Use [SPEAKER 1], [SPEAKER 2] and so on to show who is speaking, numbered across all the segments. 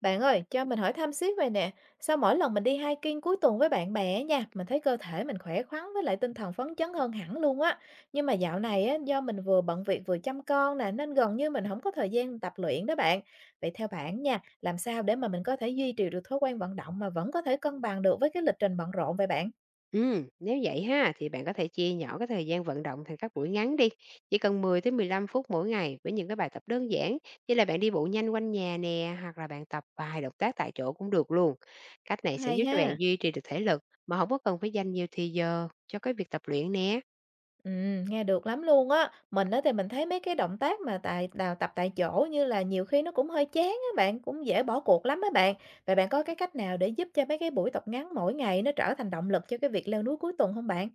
[SPEAKER 1] Bạn ơi, cho mình hỏi thăm xíu vậy nè. Sao mỗi lần mình đi hiking cuối tuần với bạn bè á nha, mình thấy cơ thể mình khỏe khoắn với lại tinh thần phấn chấn hơn hẳn luôn á. Nhưng mà dạo này á, do mình vừa bận việc vừa chăm con nè, nên gần như mình không có thời gian tập luyện đó bạn. Vậy theo bạn nha, làm sao để mà mình có thể duy trì được thói quen vận động mà vẫn có thể cân bằng được với cái lịch trình bận rộn vậy bạn?
[SPEAKER 2] Nếu vậy ha thì bạn có thể chia nhỏ cái thời gian vận động thành các buổi ngắn đi, chỉ cần 10 tới 15 phút mỗi ngày với những cái bài tập đơn giản như là bạn đi bộ nhanh quanh nhà nè, hoặc là bạn tập vài động tác tại chỗ cũng được luôn. Cách này sẽ giúp
[SPEAKER 1] Hay
[SPEAKER 2] cho bạn
[SPEAKER 1] ha.
[SPEAKER 2] duy trì được thể lực mà không có cần phải dành nhiều thì giờ cho cái việc tập luyện nè.
[SPEAKER 1] Nghe được lắm luôn á. Mình á thì mình thấy mấy cái động tác mà tại đào tập tại chỗ như là nhiều khi nó cũng hơi chán á bạn, cũng dễ bỏ cuộc lắm á bạn. Vậy bạn có cái cách nào để giúp cho mấy cái buổi tập ngắn mỗi ngày nó trở thành động lực cho cái việc leo núi cuối tuần không bạn?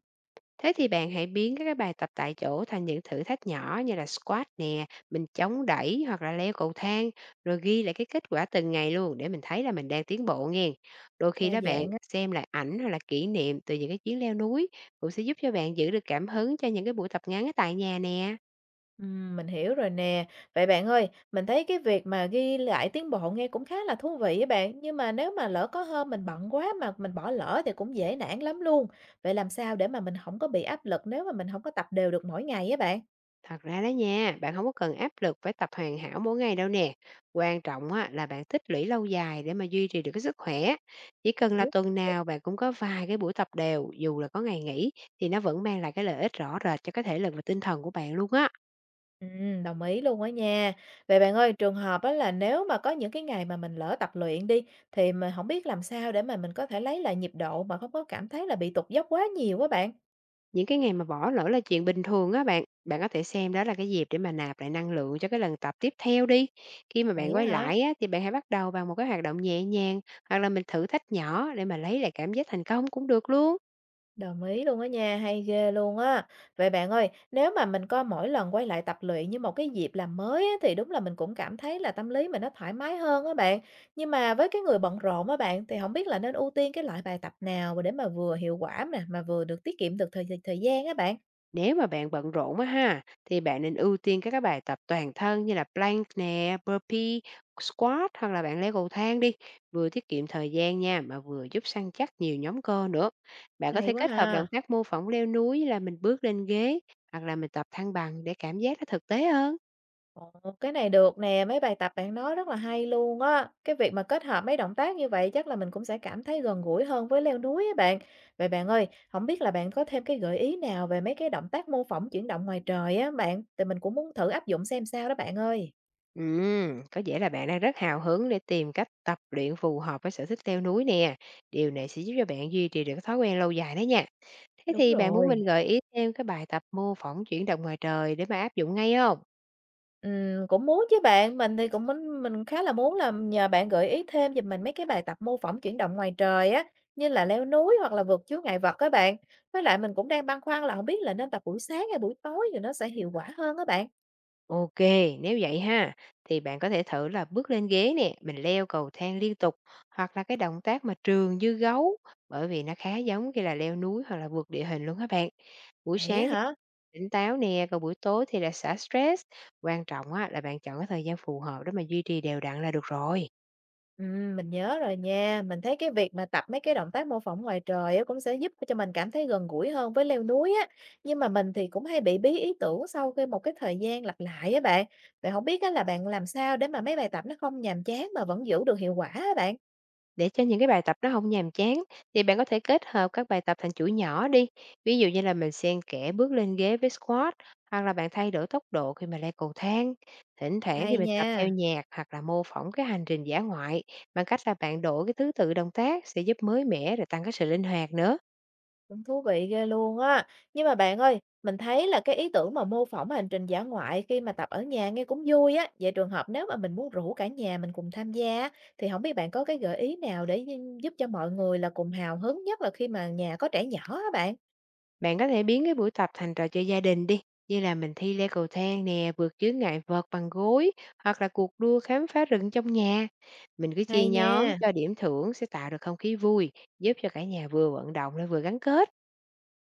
[SPEAKER 2] Thế thì bạn hãy biến các cái bài tập tại chỗ thành những thử thách nhỏ như là squat nè, mình chống đẩy hoặc là leo cầu thang, rồi ghi lại cái kết quả từng ngày luôn để mình thấy là mình đang tiến bộ nghe. Đôi
[SPEAKER 1] Đa
[SPEAKER 2] khi đó bạn
[SPEAKER 1] dạng á.
[SPEAKER 2] xem lại ảnh hoặc là kỷ niệm từ những cái chuyến leo núi cũng sẽ giúp cho bạn giữ được cảm hứng cho những cái buổi tập ngắn ở tại nhà nè.
[SPEAKER 1] Mình hiểu rồi nè. Vậy bạn ơi, mình thấy cái việc mà ghi lại tiến bộ nghe cũng khá là thú vị á bạn, nhưng mà nếu mà lỡ có hôm mình bận quá mà mình bỏ lỡ thì cũng dễ nản lắm luôn. Vậy làm sao để mà mình không có bị áp lực nếu mà mình không có tập đều được mỗi ngày á bạn?
[SPEAKER 2] Thật ra đó nha, bạn không có cần áp lực phải tập hoàn hảo mỗi ngày đâu nè. Quan trọng á là bạn tích lũy lâu dài để mà duy trì được cái sức khỏe. Chỉ
[SPEAKER 1] Mình
[SPEAKER 2] cần là
[SPEAKER 1] biết.
[SPEAKER 2] tuần nào bạn cũng có vài cái buổi tập đều, dù là có ngày nghỉ thì nó vẫn mang lại cái lợi ích rõ rệt cho cái thể lực và tinh thần của bạn luôn á.
[SPEAKER 1] Đồng ý luôn á nha. Vậy bạn ơi, trường hợp á là nếu mà có những cái ngày mà mình lỡ tập luyện đi, thì mình không biết làm sao để mà mình có thể lấy lại nhịp độ mà không có cảm thấy là bị tụt dốc quá nhiều á bạn?
[SPEAKER 2] Những cái ngày mà bỏ lỡ là chuyện bình thường á bạn, bạn có thể xem đó là cái dịp để mà nạp lại năng lượng cho cái lần tập tiếp theo đi. Khi mà
[SPEAKER 1] Vậy
[SPEAKER 2] bạn
[SPEAKER 1] á
[SPEAKER 2] quay
[SPEAKER 1] hả?
[SPEAKER 2] lại á thì bạn hãy bắt đầu bằng một cái hoạt động nhẹ nhàng, hoặc là mình thử thách nhỏ để mà lấy lại cảm giác thành công cũng được luôn.
[SPEAKER 1] Đồng ý luôn á nha, hay ghê luôn á. Vậy bạn ơi, nếu mà mình coi mỗi lần quay lại tập luyện như một cái dịp làm mới á, thì đúng là mình cũng cảm thấy là tâm lý mình nó thoải mái hơn á bạn. Nhưng mà với cái người bận rộn á bạn, thì không biết là nên ưu tiên cái loại bài tập nào để mà vừa hiệu quả nè, mà vừa được tiết kiệm được thời thời gian á bạn?
[SPEAKER 2] Nếu mà bạn bận rộn á ha, thì bạn nên ưu tiên các cái bài tập toàn thân như là plank nè, burpee, squat hoặc là bạn leo cầu thang đi. Vừa tiết kiệm thời gian nha, mà vừa giúp săn chắc nhiều nhóm cơ nữa. Bạn có
[SPEAKER 1] Hay
[SPEAKER 2] thể
[SPEAKER 1] quá
[SPEAKER 2] kết hợp động
[SPEAKER 1] ha.
[SPEAKER 2] tác mô phỏng leo núi như là mình bước lên ghế hoặc là mình tập thăng bằng để cảm giác nó thực tế hơn.
[SPEAKER 1] Ờ, cái này được nè, mấy bài tập bạn nói rất là hay luôn á. Cái việc mà kết hợp mấy động tác như vậy chắc là mình cũng sẽ cảm thấy gần gũi hơn với leo núi á bạn. Vậy bạn ơi, không biết là bạn có thêm cái gợi ý nào về mấy cái động tác mô phỏng chuyển động ngoài trời á bạn, thì mình cũng muốn thử áp dụng xem sao đó bạn ơi.
[SPEAKER 2] Có vẻ là bạn đang rất hào hứng để tìm cách tập luyện phù hợp với sở thích leo núi nè. Điều này sẽ giúp cho bạn duy trì được cái thói quen lâu dài đó nha. Thế
[SPEAKER 1] Đúng
[SPEAKER 2] thì bạn muốn
[SPEAKER 1] rồi.
[SPEAKER 2] mình gợi ý thêm cái bài tập mô phỏng chuyển động ngoài trời để mà áp dụng ngay không?
[SPEAKER 1] Cũng muốn chứ bạn, mình thì cũng muốn mình khá là muốn là nhờ bạn gợi ý thêm giùm mình mấy cái bài tập mô phỏng chuyển động ngoài trời á, như là leo núi hoặc là vượt chướng ngại vật các bạn. Với lại mình cũng đang băn khoăn là không biết là nên tập buổi sáng hay buổi tối thì nó sẽ hiệu quả hơn các bạn.
[SPEAKER 2] OK, nếu vậy ha, thì bạn có thể thử là bước lên ghế nè, mình leo cầu thang liên tục, hoặc là cái động tác mà trường dư gấu, bởi vì nó khá giống khi là leo núi hoặc là vượt địa hình luôn các bạn. Buổi
[SPEAKER 1] Vậy á
[SPEAKER 2] sáng thì
[SPEAKER 1] hả?
[SPEAKER 2] tỉnh táo nè, còn buổi tối thì là xả stress. Quan trọng á là bạn chọn cái thời gian phù hợp để mà duy trì đều đặn là được rồi.
[SPEAKER 1] Mình nhớ rồi nha. Mình thấy cái việc mà tập mấy cái động tác mô phỏng ngoài trời á cũng sẽ giúp cho mình cảm thấy gần gũi hơn với leo núi á. Nhưng mà mình thì cũng hay bị bí ý tưởng sau khi một cái thời gian lặp lại á bạn. Vậy không biết á là bạn làm sao để mà mấy bài tập nó không nhàm chán mà vẫn giữ được hiệu quả á bạn?
[SPEAKER 2] Để cho những cái bài tập nó không nhàm chán thì bạn có thể kết hợp các bài tập thành chuỗi nhỏ đi. Ví dụ như là mình xen kẽ bước lên ghế với squat, hoặc là bạn thay đổi tốc độ khi mà leo cầu thang. Thỉnh thoảng
[SPEAKER 1] Hay
[SPEAKER 2] thì mình
[SPEAKER 1] nha.
[SPEAKER 2] tập theo nhạc hoặc là mô phỏng cái hành trình dã ngoại bằng cách là bạn đổi cái thứ tự động tác sẽ giúp mới mẻ rồi tăng cái sự linh hoạt nữa.
[SPEAKER 1] Cũng thú vị ghê luôn á. Nhưng mà bạn ơi, mình thấy là cái ý tưởng mà mô phỏng hành trình dã ngoại khi mà tập ở nhà nghe cũng vui á. Vậy trường hợp nếu mà mình muốn rủ cả nhà mình cùng tham gia á, thì không biết bạn có cái gợi ý nào để giúp cho mọi người là cùng hào hứng nhất là khi mà nhà có trẻ nhỏ á bạn.
[SPEAKER 2] Bạn có thể biến cái buổi tập thành trò chơi gia đình đi, như là mình thi leo cầu thang nè, vượt chướng ngại vật bằng gối hoặc là cuộc đua khám phá rừng trong nhà. Mình cứ chia
[SPEAKER 1] Hay
[SPEAKER 2] nhóm
[SPEAKER 1] nha.
[SPEAKER 2] cho điểm thưởng sẽ tạo được không khí vui, giúp cho cả nhà vừa vận động lại vừa gắn kết.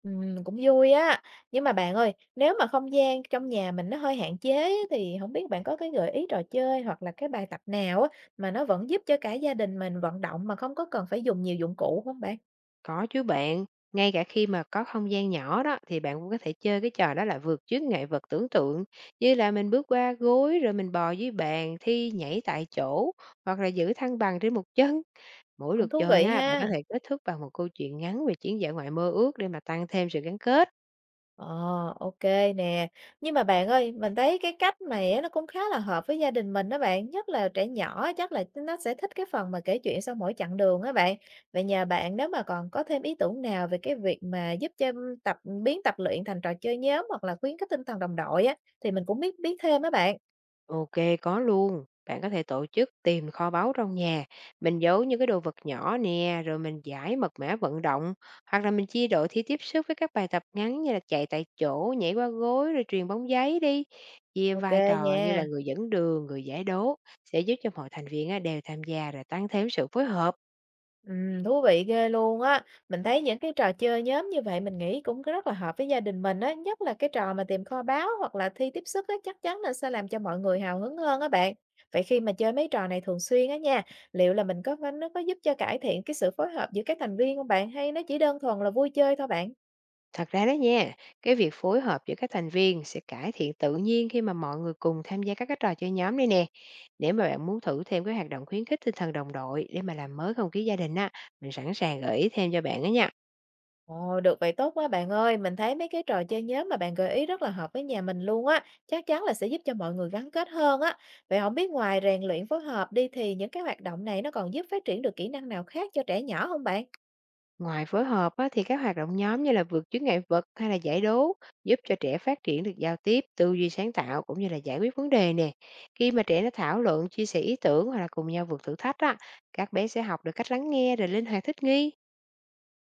[SPEAKER 1] Ừ, cũng vui á. Nhưng mà bạn ơi, nếu mà không gian trong nhà mình nó hơi hạn chế á, thì không biết bạn có cái gợi ý trò chơi hoặc là cái bài tập nào á mà nó vẫn giúp cho cả gia đình mình vận động mà không có cần phải dùng nhiều dụng cụ không bạn?
[SPEAKER 2] Có chứ bạn, ngay cả khi mà có không gian nhỏ đó thì bạn cũng có thể chơi cái trò đó là vượt chướng ngại vật tưởng tượng, như là mình bước qua gối rồi mình bò dưới bàn, thi nhảy tại chỗ hoặc là giữ thăng bằng trên một chân. Mỗi
[SPEAKER 1] Cũng
[SPEAKER 2] lượt
[SPEAKER 1] thú
[SPEAKER 2] chơi
[SPEAKER 1] vị
[SPEAKER 2] á, bạn có
[SPEAKER 1] ha.
[SPEAKER 2] thể kết thúc bằng một câu chuyện ngắn về chuyến dã ngoại mơ ước để mà tăng thêm sự gắn kết.
[SPEAKER 1] Ờ, ok nè. Nhưng mà bạn ơi, mình thấy cái cách này á, nó cũng khá là hợp với gia đình mình đó bạn, nhất là trẻ nhỏ chắc là nó sẽ thích cái phần mà kể chuyện sau mỗi chặng đường á bạn. Vậy nhờ bạn nếu mà còn có thêm ý tưởng nào về cái việc mà giúp cho tập biến tập luyện thành trò chơi nhóm hoặc là khuyến khích tinh thần đồng đội á, thì mình cũng biết biết thêm á bạn.
[SPEAKER 2] OK, có luôn. Bạn có thể tổ chức tìm kho báu trong nhà, mình giấu những cái đồ vật nhỏ nè, rồi mình giải mật mã vận động, hoặc là mình chia đội thi tiếp sức với các bài tập ngắn như là chạy tại chỗ, nhảy qua gối, rồi truyền bóng giấy đi. Chia
[SPEAKER 1] OK
[SPEAKER 2] vai trò
[SPEAKER 1] nha.
[SPEAKER 2] như là người dẫn đường, người giải đố sẽ giúp cho mọi thành viên á, đều tham gia rồi tăng thêm sự phối hợp.
[SPEAKER 1] Thú vị ghê luôn á. Mình thấy những cái trò chơi nhóm như vậy mình nghĩ cũng rất là hợp với gia đình mình á, nhất là cái trò mà tìm kho báu hoặc là thi tiếp sức á, chắc chắn là sẽ làm cho mọi người hào hứng hơn á bạn. Vậy khi mà chơi mấy trò này thường xuyên á nha, liệu là mình có nó có giúp cho cải thiện cái sự phối hợp giữa các thành viên không bạn hay nó chỉ đơn thuần là vui chơi thôi bạn?
[SPEAKER 2] Thật ra đó nha, cái việc phối hợp giữa các thành viên sẽ cải thiện tự nhiên khi mà mọi người cùng tham gia các cái trò chơi nhóm đây nè. Nếu mà bạn muốn thử thêm cái hoạt động khuyến khích tinh thần đồng đội để mà làm mới không khí gia đình á, mình sẵn sàng gợi ý thêm cho bạn đó nha.
[SPEAKER 1] Ồ, được vậy tốt quá bạn ơi. Mình thấy mấy cái trò chơi nhóm mà bạn gợi ý rất là hợp với nhà mình luôn á. Chắc chắn là sẽ giúp cho mọi người gắn kết hơn á. Vậy không biết ngoài rèn luyện phối hợp đi thì những cái hoạt động này nó còn giúp phát triển được kỹ năng nào khác cho trẻ nhỏ không bạn?
[SPEAKER 2] Ngoài phối hợp á, thì các hoạt động nhóm như là vượt chướng ngại vật hay là giải đố giúp cho trẻ phát triển được giao tiếp, tư duy sáng tạo cũng như là giải quyết vấn đề nè. Khi mà trẻ nó thảo luận, chia sẻ ý tưởng hoặc là cùng nhau vượt thử thách á, các bé sẽ học được cách lắng nghe rồi linh hoạt thích nghi.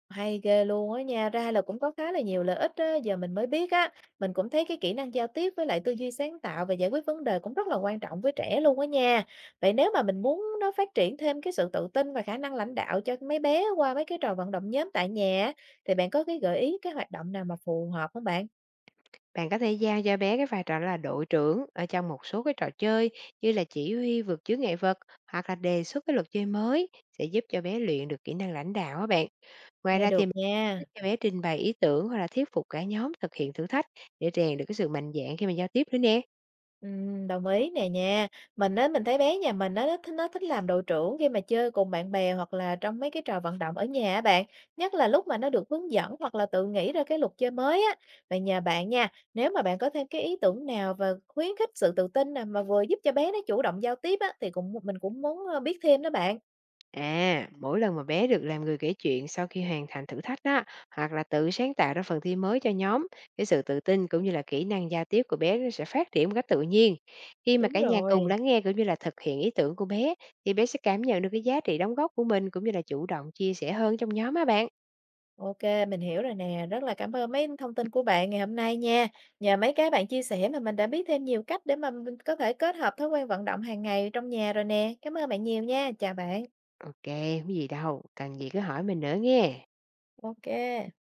[SPEAKER 1] Hay ghê luôn á nha, ra là cũng có khá là nhiều lợi ích á, giờ mình mới biết á. Mình cũng thấy cái kỹ năng giao tiếp với lại tư duy sáng tạo và giải quyết vấn đề cũng rất là quan trọng với trẻ luôn á nha. Vậy nếu mà mình muốn nó phát triển thêm cái sự tự tin và khả năng lãnh đạo cho mấy bé qua mấy cái trò vận động nhóm tại nhà á, thì bạn có cái gợi ý cái hoạt động nào mà phù hợp không bạn?
[SPEAKER 2] Bạn có thể giao cho bé cái vai trò là đội trưởng ở trong một số cái trò chơi như là chỉ huy vượt chướng ngại vật hoặc là đề xuất cái luật chơi mới sẽ giúp cho bé luyện được kỹ năng lãnh đạo á bạn. Ngoài
[SPEAKER 1] Nghe
[SPEAKER 2] ra thì
[SPEAKER 1] được
[SPEAKER 2] mình giúp
[SPEAKER 1] nha.
[SPEAKER 2] cho bé trình bày ý tưởng hoặc là thuyết phục cả nhóm thực hiện thử thách để rèn được cái sự mạnh dạn khi mà giao tiếp nữa nè.
[SPEAKER 1] Đồng ý nè nha. Mình á, mình thấy bé nhà mình á, nó thích làm đội trưởng khi mà chơi cùng bạn bè hoặc là trong mấy cái trò vận động ở nhà á bạn. Nhất là lúc mà nó được hướng dẫn hoặc là tự nghĩ ra cái luật chơi mới á. Vậy nhà bạn nha, nếu mà bạn có thêm cái ý tưởng nào và khuyến khích sự tự tin nào mà vừa giúp cho bé nó chủ động giao tiếp á, thì cũng mình cũng muốn biết thêm đó bạn.
[SPEAKER 2] À, mỗi lần mà bé được làm người kể chuyện sau khi hoàn thành thử thách đó, hoặc là tự sáng tạo ra phần thi mới cho nhóm, cái sự tự tin cũng như là kỹ năng giao tiếp của bé nó sẽ phát triển một cách tự nhiên. Khi mà
[SPEAKER 1] Đúng
[SPEAKER 2] cả nhà cùng
[SPEAKER 1] rồi.
[SPEAKER 2] lắng nghe cũng như là thực hiện ý tưởng của bé, thì bé sẽ cảm nhận được cái giá trị đóng góp của mình cũng như là chủ động chia sẻ hơn trong nhóm á bạn.
[SPEAKER 1] OK, mình hiểu rồi nè. Rất là cảm ơn mấy thông tin của bạn ngày hôm nay nha. Nhờ mấy cái bạn chia sẻ mà mình đã biết thêm nhiều cách để mà mình có thể kết hợp thói quen vận động hàng ngày trong nhà rồi nè. Cảm ơn bạn nhiều nha. Chào bạn.
[SPEAKER 2] OK, không gì đâu, cần gì cứ hỏi mình nữa nghe.
[SPEAKER 1] OK.